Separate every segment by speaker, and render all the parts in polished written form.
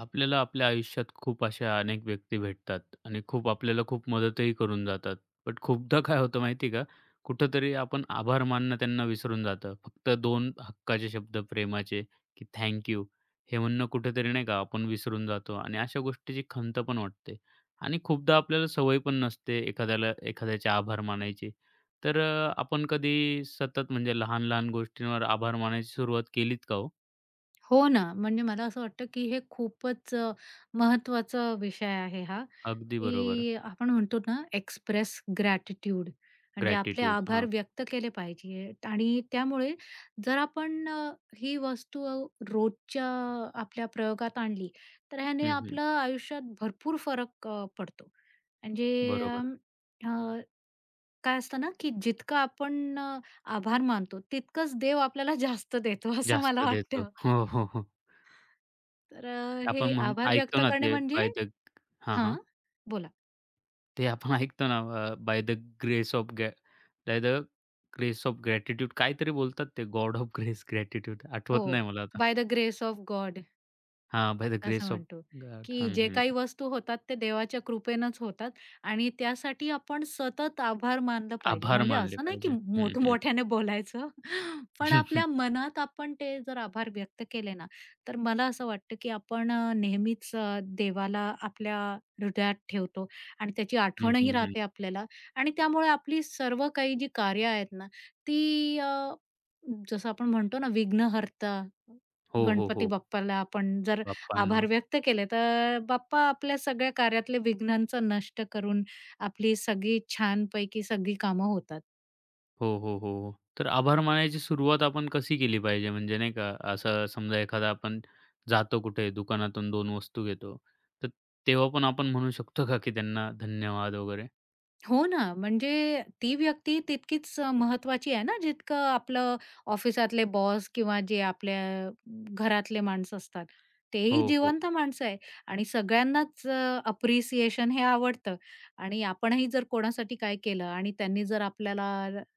Speaker 1: आपल्याला आपल्या आयुष्यात खूप अशा अनेक व्यक्ती भेटतात आणि खूप आपल्याला खूप मदतही करून जातात. बट खूपदा काय होतं माहिती का? कुठेतरी आपण आभार मानणं त्यांना विसरून जातं. फक्त दोन हक्काचे शब्द प्रेमाचे, की थँक यू हे म्हणणं कुठेतरी नाही का आपण विसरून जातो आणि अशा गोष्टीची खंत पण वाटते. आणि खूपदा आपल्याला सवय पण नसते एखाद्याला एखाद्याचे आभार मानायची. तर आपण कधी सतत म्हणजे लहान-लहान गोष्टींवर आभार मानायची सुरुवात केलीत का हो?
Speaker 2: हो ना, म्हणजे मला असं वाटतं, की हे खूपच महत्त्वाचा विषय आहे हा,
Speaker 1: अगदी बरोबर.
Speaker 2: की आपण म्हणतो ना, एक्सप्रेस ग्रॅटिट्यूड म्हणजे आपले
Speaker 1: ग्रॅटिट्यूड.
Speaker 2: आभार
Speaker 1: हां.
Speaker 2: व्यक्त केले पाहिजे आणि त्यामुळे जर आपण ही वस्तू रोजच्या आपल्या प्रयोगात आणली, तर ह्याने आपल्या आयुष्यात भरपूर फरक पडतो. म्हणजे
Speaker 1: बरोबर.
Speaker 2: अं, अ, काय असतं ना, की जितकं आपण आभार मानतो, तितकंच देव आपल्याला जास्त देतो असं
Speaker 1: जास्त
Speaker 2: मला
Speaker 1: देतो.
Speaker 2: वाटतं.
Speaker 1: हो, हो, हो.
Speaker 2: तर हे
Speaker 1: आपण म्हण
Speaker 2: आभार
Speaker 1: ऐकतो
Speaker 2: व्यक्त
Speaker 1: ना
Speaker 2: करणे
Speaker 1: ते
Speaker 2: म्हणजे
Speaker 1: बाय द हां,
Speaker 2: हां.
Speaker 1: हां.
Speaker 2: बोला.
Speaker 1: ते आपण ऐकतो ना बाय द ग्रेस ऑफ ग्रॅ by the grace of gratitude काहीतरी बोलतात ते गॉड ऑफ ग्रेस ग्रॅटिट्यूड
Speaker 2: हो.
Speaker 1: आठवत नाही मला आता.
Speaker 2: By the grace of God.
Speaker 1: हां, बाय द
Speaker 2: असं
Speaker 1: ग्रेस ऑफ
Speaker 2: म्हणतो,
Speaker 1: गॉड
Speaker 2: की
Speaker 1: हं,
Speaker 2: जे
Speaker 1: हं.
Speaker 2: काही वस्तू होतात ते देवाच्या कृपेनंच होतात आणि त्यासाठी आपण सतत आभार मानलं पाहिजे.
Speaker 1: आभार
Speaker 2: म्हणजे
Speaker 1: मानले
Speaker 2: असं नाही की
Speaker 1: पाहिजे. हं, हं.
Speaker 2: मोठमोठ्याने बोलायचं, पण
Speaker 1: हं, हं.
Speaker 2: आपल्या मनात आपण ते जर आभार व्यक्त केले ना, तर मला असं वाटतं की आपण नेहमीच देवाला आपल्या हृदयात ठेवतो आणि त्याची
Speaker 1: हं,
Speaker 2: आठवणही
Speaker 1: हं, हं.
Speaker 2: राहते आपल्याला आणि त्यामुळे आपली सर्व काही जी कार्य आहेत ना, ती जसं आपण म्हणतो ना विघ्नहर्ता,
Speaker 1: हो, हो,
Speaker 2: गणपती
Speaker 1: हो.
Speaker 2: बाप्पाला आपण जर
Speaker 1: बाप्पांना.
Speaker 2: आभार व्यक्त केले, तर बाप्पा आपल्या सगळ्या कार्यातले विघ्नांचं नष्ट करून आपली सगळी छानपैकी सगळी कामं होतात.
Speaker 1: हो, हो, हो, हो. तर आभार मानायची सुरुवात आपण कशी केली पाहिजे? म्हणजे नाही का, असं समजा एखादा आपण जातो कुठे दुकानातून 2 वस्तू घेतो, तर तेव्हा पण आपण म्हणू शकतो का, की त्यांना धन्यवाद वगैरे?
Speaker 2: हो ना, म्हणजे ती व्यक्ती तितकीच महत्त्वाची आहे ना, जितकं आपलं ऑफिसातले बॉस किंवा जे आपल्या घरातले माणसं असतात. तेही
Speaker 1: हो, हो.
Speaker 2: जिवंत माणसं आहे आणि सगळ्यांनाच अप्रिसिएशन हे आवडतं आणि आपणही जर कोणासाठी काय केलं आणि त्यांनी जर आपल्याला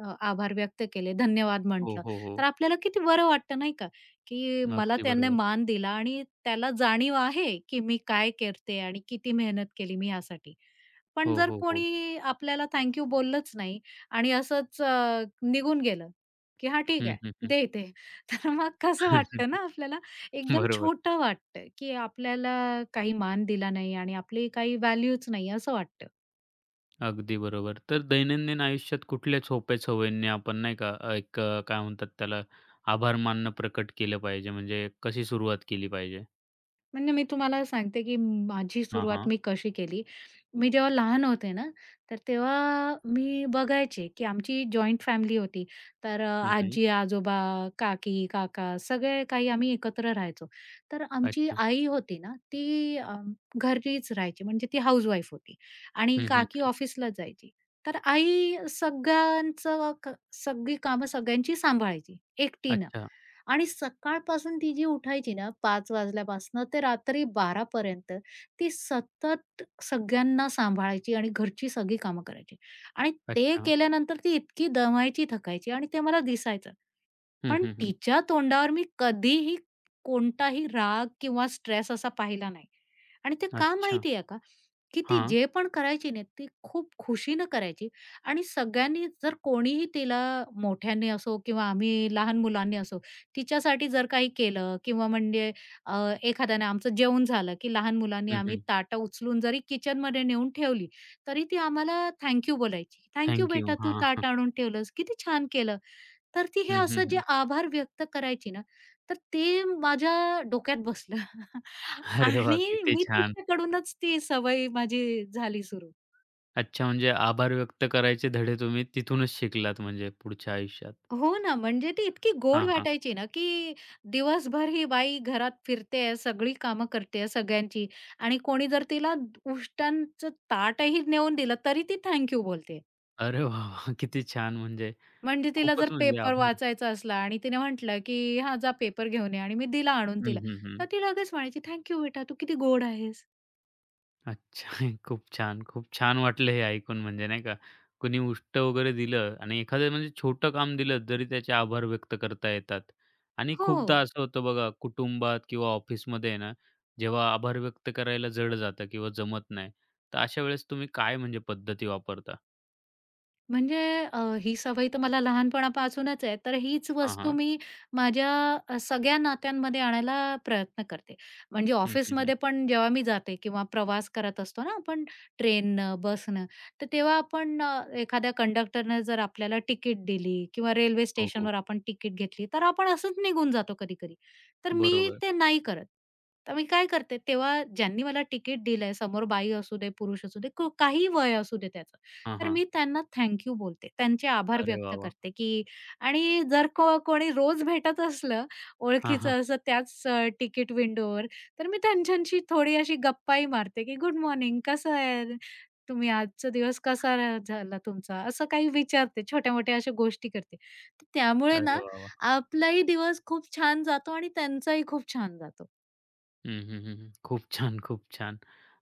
Speaker 2: आभार व्यक्त केले, धन्यवाद
Speaker 1: हो,
Speaker 2: म्हटलं,
Speaker 1: हो, हो.
Speaker 2: तर आपल्याला किती बरं वाटतं नाही का, की मला
Speaker 1: अगदी
Speaker 2: त्यांनी
Speaker 1: बरोबर.
Speaker 2: मान दिला आणि त्याला जाणीव आहे, की मी काय करते आणि किती मेहनत केली मी ह्यासाठी. पण
Speaker 1: हो,
Speaker 2: जर
Speaker 1: हो, हो.
Speaker 2: कोणी आपल्याला थँक यू बोललंच नाही आणि असंच निघून गेलं, की "हां, ठीक
Speaker 1: हं,
Speaker 2: आहे,
Speaker 1: हं, हं.
Speaker 2: दे इथे." तर मग कसं वाटतं ना आपल्याला एकदम
Speaker 1: बरोबर.
Speaker 2: छोटं वाटतं, की आपल्याला काही मान दिला नाही आणि आपली काही व्हॅल्यूच नाही असं वाटतं.
Speaker 1: अगदी बरोबर. तर दैनंदिन आयुष्यात कुठल्या सोप्या सवयींनी आपण नाही का, एक काय म्हणतात त्याला, आभार मानणं प्रकट केलं पाहिजे? म्हणजे कशी सुरुवात केली पाहिजे?
Speaker 2: म्हणजे मी तुम्हाला सांगते, की माझी
Speaker 1: हां,
Speaker 2: सुरुवात
Speaker 1: हां.
Speaker 2: मी कशी केली. मी जेव्हा लहान होते ना, तर तेव्हा मी बघायचे, की आमची जॉइंट फॅमिली होती. तर
Speaker 1: हं, हं.
Speaker 2: आजी-आजोबा, काकी-काका सगळे काही आम्ही एकत्र राहायचो. तर आमची
Speaker 1: अच्छा.
Speaker 2: आई होती ना, ती घरीच राहायची म्हणजे ती हाऊसवाईफ होती आणि
Speaker 1: हं,
Speaker 2: काकी
Speaker 1: हं.
Speaker 2: ऑफिसला जायची. तर आई सगळ्यांचं सगळी कामं सगळ्यांची सांभाळायची एकटीनं.
Speaker 1: अच्छा.
Speaker 2: आणि सकाळपासून ती जी उठायची ना 5 वाजल्यापासनं ते रात्री 12 पर्यंत, ती सतत सगळ्यांना सांभाळायची आणि घरची सगळी कामं करायची. आणि ते
Speaker 1: अच्छा.
Speaker 2: केल्यानंतर ती इतकी दमायची, थकायची आणि ते मला दिसायचं.
Speaker 1: हं,
Speaker 2: पण
Speaker 1: हं, हं.
Speaker 2: तिच्या तोंडावर मी कधीही कोणताही राग किंवा स्ट्रेस असा पाहिला नाही. आणि ते का
Speaker 1: अच्छा.
Speaker 2: माहिती आहे का? की ती
Speaker 1: हां.
Speaker 2: जे पण करायची ना, ती खूप खुशीनं करायची आणि सगळ्यांनी जर कोणीही तिला मोठ्यांनी असो किंवा आम्ही लहान मुलांनी असो, तिच्यासाठी जर काही केलं किंवा म्हणजे अ, एखाद्याने आमचं जेवण झालं, की लहान मुलांनी
Speaker 1: हं,
Speaker 2: आम्ही
Speaker 1: हं.
Speaker 2: ताटं उचलून जरी किचनमध्ये नेऊन ठेवली, तरी ती आम्हाला थँक बोलायची. "Thank
Speaker 1: thank you.
Speaker 2: बेटा,
Speaker 1: हां,
Speaker 2: तू
Speaker 1: हां.
Speaker 2: ताट आणून ठेवलंस. किती छान केलं." तर ती हे
Speaker 1: हं, हं,
Speaker 2: असं जे
Speaker 1: हं.
Speaker 2: आभार व्यक्त करायची ना, तर ते माझ्या डोक्यात बसलं.
Speaker 1: अरे वाह!
Speaker 2: आणि
Speaker 1: किती
Speaker 2: मी
Speaker 1: छान.
Speaker 2: तिच्याकडूनच ती सवय माझी झाली सुरू.
Speaker 1: अच्छा म्हणजे आभार व्यक्त करायचे धडे तुम्ही तिथूनच शिकलात म्हणजे पुढच्या आयुष्यात.
Speaker 2: हो ना, म्हणजे ती इतकी गोड
Speaker 1: हां, हां.
Speaker 2: वाटायची ना, की दिवसभर ही बाई घरात फिरते सगळी कामं करतेय सगळ्यांची आणि कोणी जर तिला उष्टांचं ताटही नेऊन दिलं, तरी ती थँक बोलते.
Speaker 1: अरे वाह! वाह! किती छान म्हणजे
Speaker 2: म्हणजे तिला जर
Speaker 1: खूपच म्हणजे
Speaker 2: पेपर
Speaker 1: आभार.
Speaker 2: वाचायचा असला आणि तिने म्हटलं, की "हां, जा पेपर घेऊन ये" आणि मी दिला आणून
Speaker 1: हं,
Speaker 2: तिला,
Speaker 1: हं,
Speaker 2: तर
Speaker 1: हं.
Speaker 2: ती लगेच म्हणायची, "थँक बेटा, तू किती गोड आहेस."
Speaker 1: अच्छा. खूप छान, खूप छान वाटलं हे ऐकून म्हणजे नाही का. कुणी उष्ट वगैरे दिलं आणि एखादं म्हणजे छोटं काम दिलं तरी त्याचे आभार व्यक्त करता येतात. आणि
Speaker 2: हो.
Speaker 1: खूपदा असं होतं बघा कुटुंबात किंवा ऑफिसमध्ये आहे ना, जेव्हा आभार व्यक्त करायला जड जातं किंवा जमत नाही, तर अशा वेळेस तुम्ही काय म्हणजे पद्धती वापरता?
Speaker 2: म्हणजे ही सवय तर मला लहानपणापासूनच आहे. तर हीच
Speaker 1: हां,
Speaker 2: वस्तू
Speaker 1: हां.
Speaker 2: मी माझ्या सगळ्या नात्यांमध्ये आणायला प्रयत्न करते. म्हणजे
Speaker 1: हं, हं, हं.
Speaker 2: ऑफिसमध्ये पण जेव्हा मी जाते किंवा प्रवास करत असतो ना आपण ट्रेननं, बसनं, तर तेव्हा आपण एखाद्या कंडक्टरनं जर आपल्याला तिकीट दिली किंवा रेल्वे
Speaker 1: हो, हो.
Speaker 2: स्टेशनवर आपण तिकीट घेतली, तर आपण असंच निघून जातो कधी-कधी. तर मी
Speaker 1: बरोबर.
Speaker 2: ते नाही करत. तर मी काय करते, तेव्हा ज्यांनी मला तिकीट दिलंय, समोर बाई असू दे, पुरुष असू दे, काहीही वय असू दे त्याचं.
Speaker 1: हां,
Speaker 2: तर
Speaker 1: हां.
Speaker 2: मी त्यांना थँक यू बोलते. त्यांचे आभार
Speaker 1: अरे वाह,
Speaker 2: व्यक्त
Speaker 1: वाह!
Speaker 2: करते, की आणि जर कोणी रोज भेटत असलं
Speaker 1: हां, हां.
Speaker 2: ओळखीचं असं त्याच तिकीट विंडोवर, तर मी त्यांच्याशी थोडी अशी गप्पाही मारते, की गुड मॉर्निंग कसं आहे? तुम्ही आजचा दिवस कसा र झाला तुमचा? असं काही विचारते, छोट्या-मोठ्या अशा गोष्टी करते. तर त्यामुळे
Speaker 1: अरे
Speaker 2: ना
Speaker 1: वाह, वाह!
Speaker 2: आपलाही दिवस खूप छान जातो आणि त्यांचाही खूप छान जातो.
Speaker 1: हं, हं, हं, हं. खूप छान, खूप छान.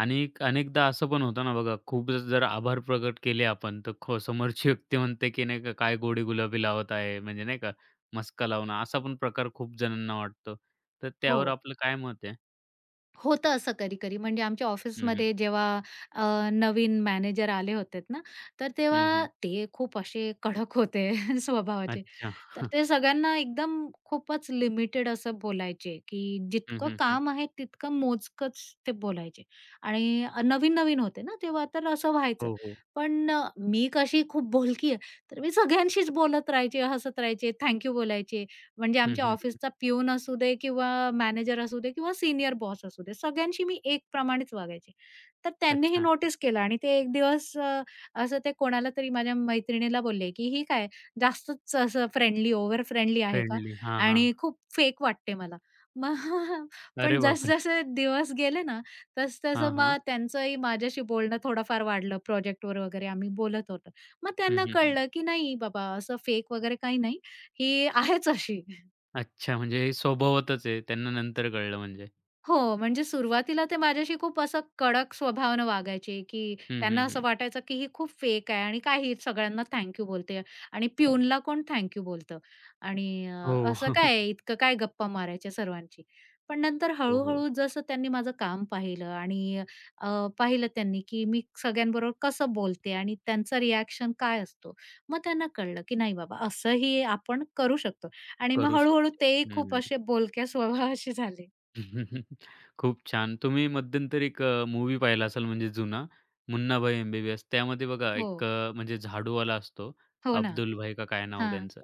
Speaker 1: आणि अनेकदा असं पण होतं ना बघा, खूप जर जर आभार प्रकट केले आपण, तर खो समोरची व्यक्ती म्हणते, की नाही का, "काय गोडी गुलाबी लावत आहे?" म्हणजे नाही का, मस्का लावणं असा पण प्रकार खूप जणांना वाटतो. तर
Speaker 2: हो.
Speaker 1: त्यावर आपलं काय मत आहे?
Speaker 2: होतं असं कधी-कधी म्हणजे आमच्या
Speaker 1: हं, हं.
Speaker 2: ऑफिसमध्ये जेव्हा नवीन मॅनेजर आले होते ना, तर
Speaker 1: हं,
Speaker 2: तेव्हा
Speaker 1: हं.
Speaker 2: ते खूप असे कडक होते स्वभावाचे.
Speaker 1: अच्छा.
Speaker 2: तर ते सगळ्यांना एकदम खूपच लिमिटेड असं बोलायचे, की
Speaker 1: हं,
Speaker 2: जितकं
Speaker 1: हं, हं.
Speaker 2: काम आहे तितकं मोजकंच ते बोलायचे आणि नवीन-नवीन होते ना तेव्हा तर असं व्हायचं.
Speaker 1: हो, हो.
Speaker 2: पण मी कशी खूप बोलकी आहे, तर मी सगळ्यांशीच बोलत राहायचे, हसत राहायचे, थँक बोलायचे. म्हणजे
Speaker 1: हं,
Speaker 2: आमच्या
Speaker 1: हं. हं.
Speaker 2: ऑफिसचा पिऊन असू दे किंवा मॅनेजर असू दे किंवा सीनियर बॉस असू दे, सगळ्यांशी मी एकप्रमाणेच वागायचे. तर त्यांनी हे
Speaker 1: अच्छा.
Speaker 2: नोटीस केलं आणि ते एक दिवस असं ते कोणाला तरी माझ्या मैत्रिणीला बोलले, की "ही काय जास्तच असं फ्रेंडली, ओव्हर फ्रेंडली आहे का?
Speaker 1: फ्रेंडली. हां, हां.
Speaker 2: आणि खूप फेक वाटते मला." मग.
Speaker 1: अरे
Speaker 2: पण
Speaker 1: बापरे!
Speaker 2: जसजसे दिवस गेले ना,
Speaker 1: हां,
Speaker 2: तसं-तसं
Speaker 1: हां.
Speaker 2: मग त्यांचंही माझ्याशी बोलणं थोडंफार वाढलं. प्रोजेक्टवर वगैरे आम्ही बोलत होतो. मग
Speaker 1: हं,
Speaker 2: त्यांना
Speaker 1: हं, हं.
Speaker 2: कळलं, की नाही बाबा असं फेक वगैरे काही नाही, ही आहेच अशी.
Speaker 1: अच्छा, म्हणजे हे स्वभावातच आहे. त्यांना नंतर कळलं म्हणजे.
Speaker 2: हो, म्हणजे सुरुवातीला ते माझ्याशी खूप असं कडक स्वभावानं वागायचे, की
Speaker 1: हं, हं,
Speaker 2: त्यांना असं
Speaker 1: हं.
Speaker 2: वाटायचं, की ही खूप फेक आहे आणि काही ही सगळ्यांना थँक बोलते आणि पिऊनला कोण थँक यू बोलतं आणि
Speaker 1: हो.
Speaker 2: असं काय आहे, इतकं काय गप्पा मारायच्या सर्वांची. पण नंतर
Speaker 1: हो, हो.
Speaker 2: हळू-हळू जसं त्यांनी माझं काम पाहिलं आणि पाहिलं त्यांनी, की मी सगळ्यांबरोबर कसं बोलते आणि त्यांचा रिएक्शन काय असतो. मग त्यांना कळलं, की नाही बाबा असंही आपण करू शकतो आणि मग
Speaker 1: करू
Speaker 2: हळू
Speaker 1: शकतो.
Speaker 2: तेही खूप
Speaker 1: हं.
Speaker 2: असे बोलक्या स्वभावाचे झाले.
Speaker 1: खूप छान. तुम्ही मध्यंतरी एक मूव्ही पाहिला असाल म्हणजे जुना, मुन्नाभाई एम बी बी त्यामध्ये बघा
Speaker 2: हो.
Speaker 1: एक म्हणजे झाडूवाला असतो,
Speaker 2: हो ना.
Speaker 1: अब्दुल भाई का काय नाव
Speaker 2: हां.
Speaker 1: त्यांचं.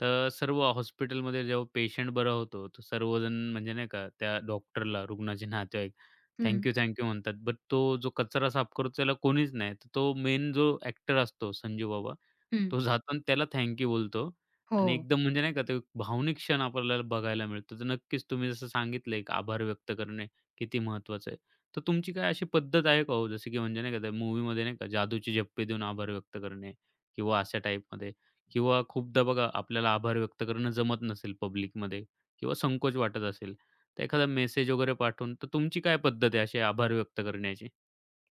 Speaker 1: तर सर्व हॉस्पिटलमध्ये जेव्हा पेशंट बरा होतो, तर सर्वजण म्हणजे नाही का त्या डॉक्टरला, रुग्णाचे नातेवाईक,
Speaker 2: हं,
Speaker 1: "थँक यू, म्हणतात. बट तो जो कचरा साफ करतो त्याला कोणीच नाही. तर तो मेन जो ॲक्टर असतो संजू बाबा,
Speaker 2: हं.
Speaker 1: तो जातो आणि त्याला थँक बोलतो.
Speaker 2: हो.
Speaker 1: आणि एकदम म्हणजे नाही का ते भावनिक क्षण आपल्याला बघायला मिळतो. तर नक्कीच तुम्ही जसं सांगितलंय, की आभार व्यक्त करणे किती महत्त्वाचं आहे. तर तुमची काय अशी पद्धत आहे का हो? जसं की म्हणजे नाही का त्या मूव्हीमध्ये नाही का जादूचे झप्पे देऊन आभार व्यक्त करणे किंवा अशा टाईपमध्ये किंवा खूपदा बघा आपल्याला आभार व्यक्त करणं जमत नसेल पब्लिकमध्ये किंवा संकोच वाटत असेल, तर एखादा मेसेज वगैरे पाठवून तर तुमची काय पद्धत आहे असे आभार व्यक्त करण्याची?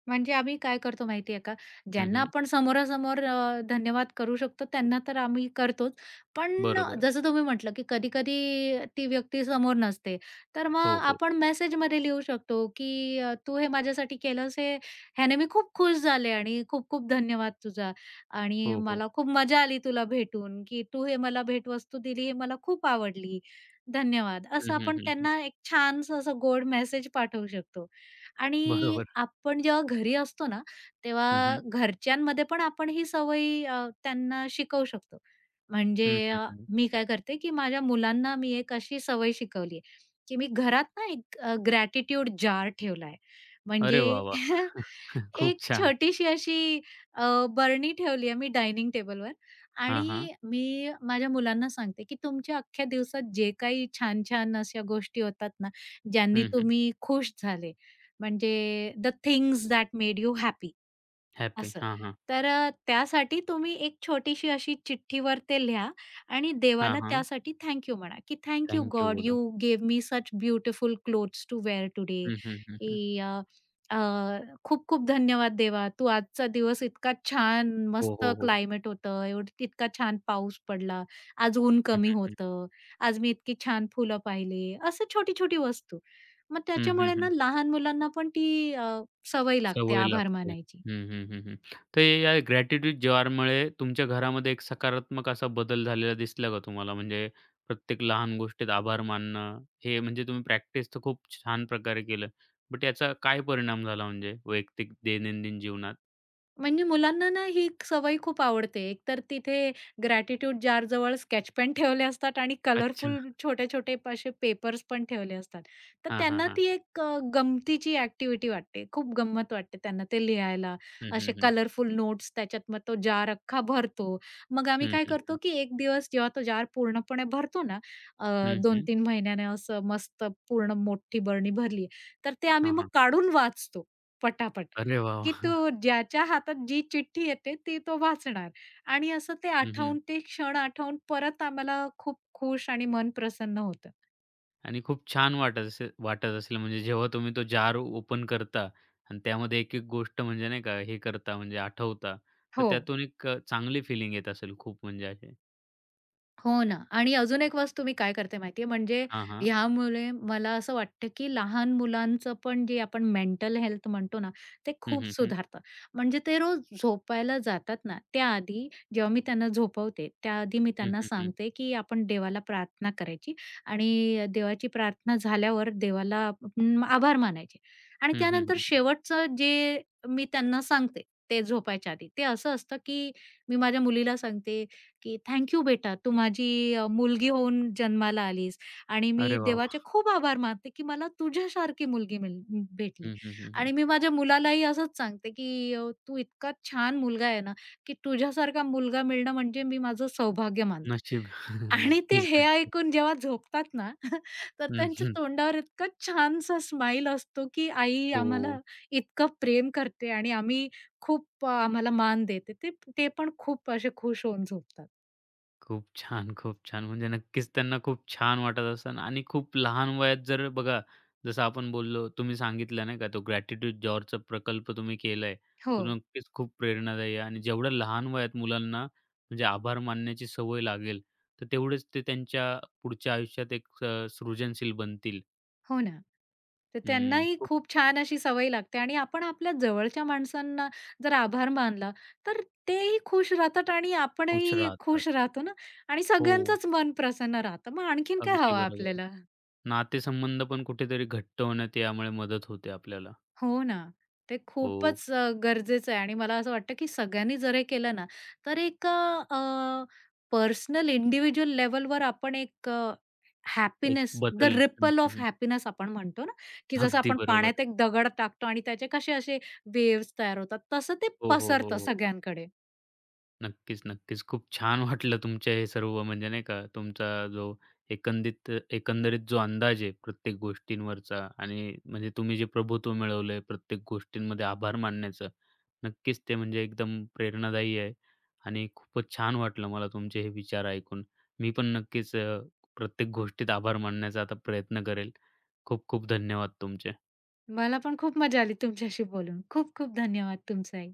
Speaker 2: म्हणजे आम्ही काय करतो माहिती आहे का,
Speaker 1: हं,
Speaker 2: ज्यांना
Speaker 1: हं.
Speaker 2: आपण समोरासमोर धन्यवाद करू शकतो त्यांना तर आम्ही करतोच. पण
Speaker 1: बरोबर.
Speaker 2: जसं तुम्ही म्हटलं, की कधी-कधी ती व्यक्ती समोर नसते. तर मग
Speaker 1: हो, हो.
Speaker 2: आपण मेसेजमध्ये लिहू शकतो, की "तू हे माझ्यासाठी केलंस हे ह्याने मी खूप खुश झाले आणि खूप-खूप धन्यवाद तुझा आणि
Speaker 1: हो, हो.
Speaker 2: मला खूप मजा आली तुला भेटून, की तू हे मला भेटवस्तू दिली हे मला खूप आवडली. धन्यवाद."
Speaker 1: हं,
Speaker 2: असं
Speaker 1: हं,
Speaker 2: आपण
Speaker 1: हं, हं.
Speaker 2: त्यांना एक छानसं असं गोड मेसेज पाठवू शकतो. आणि
Speaker 1: बरोबर.
Speaker 2: आपण जेव्हा घरी असतो ना,
Speaker 1: हं, हं.
Speaker 2: तेव्हा घरच्यांमध्ये पण आपण ही सवय त्यांना शिकवू शकतो.
Speaker 1: हं,
Speaker 2: म्हणजे
Speaker 1: हं,
Speaker 2: अ,
Speaker 1: हं.
Speaker 2: मी काय करते, की माझ्या मुलांना मी एक अशी सवय शिकवली आहे, की मी घरात ना एक ग्रॅटिट्यूड जार ठेवला आहे.
Speaker 1: अरे वाह,
Speaker 2: म्हणजे
Speaker 1: वाह! खूप
Speaker 2: एक
Speaker 1: छान.
Speaker 2: छोटीशी अशी अ, बरणी ठेवली आहे मी डायनिंग टेबलवर
Speaker 1: हां, हां.
Speaker 2: आणि मी माझ्या मुलांना सांगते, की तुमच्या अख्ख्या दिवसात जे काही छान-छान अशा गोष्टी होतात ना, ज्यांनी
Speaker 1: हं, हं.
Speaker 2: तुम्ही खुश झाले म्हणजे the things that made you happy.
Speaker 1: Happy.
Speaker 2: असं.
Speaker 1: हां, हां.
Speaker 2: तर त्यासाठी तुम्ही एक छोटीशी अशी चिठ्ठीवर ते लिहा आणि
Speaker 1: हां,
Speaker 2: देवाला
Speaker 1: हां.
Speaker 2: त्यासाठी थँक यू म्हणा, की "थँक यू
Speaker 1: थँक
Speaker 2: गॉड
Speaker 1: बोला.
Speaker 2: You gave me such beautiful clothes to wear today."
Speaker 1: हं, हं, हं, हं.
Speaker 2: अ, "खूप-खूप धन्यवाद देवा, तू आजचा दिवस इतका छान
Speaker 1: हो,
Speaker 2: मस्त
Speaker 1: हो, हो.
Speaker 2: क्लायमेट होतं, एवढं इतका छान पाऊस पडला, आज ऊन
Speaker 1: हं,
Speaker 2: कमी
Speaker 1: हं, हं.
Speaker 2: होतं, आज मी इतकी छान फुलं पाहिली." असं छोटी-छोटी वस्तू. मग
Speaker 1: हं, हं,
Speaker 2: त्याच्यामुळे
Speaker 1: हं.
Speaker 2: ना लहान मुलांना पण ती अ, सवय लागते
Speaker 1: सवय
Speaker 2: आभार
Speaker 1: लागते.
Speaker 2: मानायची.
Speaker 1: हं, हं, हं, हं. तर हे या ग्रॅटिट्यूड जॉरमुळे तुमच्या घरामध्ये एक सकारात्मक असा बदल झालेला दिसला का तुम्हाला? म्हणजे प्रत्येक लहान गोष्टीत आभार मानणं, हे म्हणजे तुम्ही प्रॅक्टिस तर खूप छान प्रकारे केलं. बट याचा काय परिणाम झाला म्हणजे वैयक्तिक दैनंदिन जीवनात?
Speaker 2: म्हणजे मुलांना ना ही एक सवय खूप आवडते. एकतर तिथे ग्रॅटिट्यूड जारजवळ स्केच पेन ठेवले असतात आणि
Speaker 1: अच्छा.
Speaker 2: कलरफुल छोटे-छोटे असे पेपर्स पण ठेवले असतात. तर
Speaker 1: हां, हां,
Speaker 2: त्यांना
Speaker 1: हां.
Speaker 2: ती एक गमतीची ॲक्टिव्हिटी वाटते. खूप गंमत वाटते त्यांना ते लिहायला.
Speaker 1: हं,
Speaker 2: असे
Speaker 1: हं, हं.
Speaker 2: कलरफुल नोट्स त्याच्यात मग तो जार अख्खा भरतो. मग आम्ही
Speaker 1: हं,
Speaker 2: काय
Speaker 1: हं, हं.
Speaker 2: करतो, की एक दिवस जेव्हा तो जार पूर्णपणे भरतो ना, 2-3 महिन्याने असं मस्त पूर्ण मोठी बरणी भरली, तर ते आम्ही
Speaker 1: हां,
Speaker 2: मग
Speaker 1: हां.
Speaker 2: काढून वाचतो पटापट.
Speaker 1: अरे वाह!
Speaker 2: की
Speaker 1: वाह!
Speaker 2: तो ज्याच्या हातात जी चिठ्ठी येते ती तो वाचणार आणि असं ते
Speaker 1: हं, हं.
Speaker 2: आठवून ते क्षण आठवून परत आम्हाला खूप खुश आणि मन प्रसन्न होतं.
Speaker 1: आणि खूप छान वाटत असेल म्हणजे जेव्हा तुम्ही तो जार ओपन करता आणि त्यामध्ये एक-एक गोष्ट म्हणजे नाही का हे करता म्हणजे आठवता, तर
Speaker 2: हो.
Speaker 1: त्यातून एक चांगली फीलिंग येत असेल खूप म्हणजे अशी.
Speaker 2: हो ना. आणि अजून एक वस्तू मी काय करते माहितीये, म्हणजे
Speaker 1: हां, हां.
Speaker 2: ह्यामुळे मला असं वाटतं, की लहान मुलांचं पण जे आपण मेंटल हेल्थ म्हणतो ना, ते
Speaker 1: हं,
Speaker 2: खूप
Speaker 1: हं, हं.
Speaker 2: सुधारतं. म्हणजे ते रोज झोपायला जातात ना, त्याआधी जेव्हा मी त्यांना झोपवते, त्याआधी मी
Speaker 1: हं,
Speaker 2: त्यांना
Speaker 1: हं, हं.
Speaker 2: सांगते, की आपण देवाला प्रार्थना करायची आणि देवाची प्रार्थना झाल्यावर देवाला आपण आभार मानायचे. आणि
Speaker 1: हं, हं,
Speaker 2: त्यानंतर
Speaker 1: हं.
Speaker 2: शेवटचं जे मी त्यांना सांगते, ते झोपायच्या आधी, ते असं असतं, की मी माझ्या मुलीला सांगते की "थँक यू बेटा, तू माझी मुलगी होऊन जन्माला आलीस आणि मी
Speaker 1: अरे वाह! वाह!
Speaker 2: देवाचे खूप आभार मानते, की मला तुझ्यासारखी मुलगी भेटली."
Speaker 1: हं, हं, हं, हं.
Speaker 2: आणि मी माझ्या मुलालाही असंच सांगते, की "तू इतका छान मुलगा आहे ना, की तुझ्यासारखा मुलगा मिळणं म्हणजे मी माझं सौभाग्य मानते."
Speaker 1: नशीब.
Speaker 2: आणि ते
Speaker 1: नक्कीच,
Speaker 2: हे
Speaker 1: नक्कीच.
Speaker 2: ऐकून जेव्हा झोपतात ना, तर
Speaker 1: हं,
Speaker 2: त्यांच्या
Speaker 1: हं.
Speaker 2: तोंडावर इतका छानसा स्माईल असतो, की आई
Speaker 1: हो.
Speaker 2: आम्हाला इतकं प्रेम करते आणि आम्ही आम्हाला मान देते. ते ते पण खूप असे खुश होऊन झोपतात.
Speaker 1: खूप छान, खूप छान. म्हणजे नक्कीच त्यांना खूप छान वाटत असेल आणि खूप लहान वयात जर बघा, जसं आपण बोललो, तुम्ही सांगितलं नाही का, तो ग्रॅटिट्यूड जॉरचा प्रकल्प तुम्ही केलाय,
Speaker 2: हो,
Speaker 1: तो नक्कीच खूप प्रेरणादायी आहे आणि जेवढ्या लहान वयात मुलांना म्हणजे आभार मानण्याची सवय लागेल, तर तेवढेच ते त्यांच्या पुढच्या आयुष्यात एक सृजनशील बनतील.
Speaker 2: हो ना. तर
Speaker 1: अं,
Speaker 2: त्यांनाही
Speaker 1: खूप
Speaker 2: खूप छान अशी सवय लागते आणि आपण आपल्या जवळच्या माणसांना जर आभार मानला, तर तेही खुश राहतात आणि
Speaker 1: खुश
Speaker 2: आपणही
Speaker 1: राहतात.
Speaker 2: खुश राहतो ना आणि
Speaker 1: हो,
Speaker 2: सगळ्यांचंच मन प्रसन्न राहतं. मग आणखीन काय
Speaker 1: अगदी
Speaker 2: हवं
Speaker 1: बरोबर.
Speaker 2: आपल्याला?
Speaker 1: नातेसंबंध पण कुठेतरी घट्ट होण्यात यामुळे मदत होते आपल्याला.
Speaker 2: हो ना. ते
Speaker 1: हो,
Speaker 2: खूपच गरजेचं आहे आणि मला असं वाटतं, की सगळ्यांनी जर हे केलं ना, तर एक पर्सनल इंडिव्हिज्युअल लेव्हलवर आपण एक
Speaker 1: एक
Speaker 2: हॅपीनेस द
Speaker 1: बदल. हं,
Speaker 2: रिपल ऑफ
Speaker 1: हं.
Speaker 2: हॅपीनेस आपण म्हणतो ना, की जसं
Speaker 1: अगदी
Speaker 2: आपण
Speaker 1: बरोबर.
Speaker 2: पाण्यात एक दगड टाकतो आणि त्याचे कसे असे वेव्हज तयार होतात, तसं ते
Speaker 1: हो, हो, हो,
Speaker 2: पसरतं
Speaker 1: हो.
Speaker 2: सगळ्यांकडे.
Speaker 1: नक्कीच, नक्कीच. खूप छान वाटलं तुमचे हे सर्व म्हणजे नाही का तुमचा जो एकंदित एकंदरीत जो अंदाज आहे प्रत्येक गोष्टींवरचा आणि म्हणजे तुम्ही जे प्रभुत्व मिळवलंय प्रत्येक गोष्टींमध्ये आभार मानण्याचं. नक्कीच ते म्हणजे एकदम प्रेरणादायी आहे आणि खूपच छान वाटलं मला तुमचे हे विचार ऐकून. मी पण नक्कीच प्रत्येक गोष्टीत आभार मानण्याचा आता प्रयत्न करेल. खूप खूप धन्यवाद तुमचे.
Speaker 2: मला पण खूप मजा आली तुमच्याशी बोलून. खूप खूप धन्यवाद तुमचाही.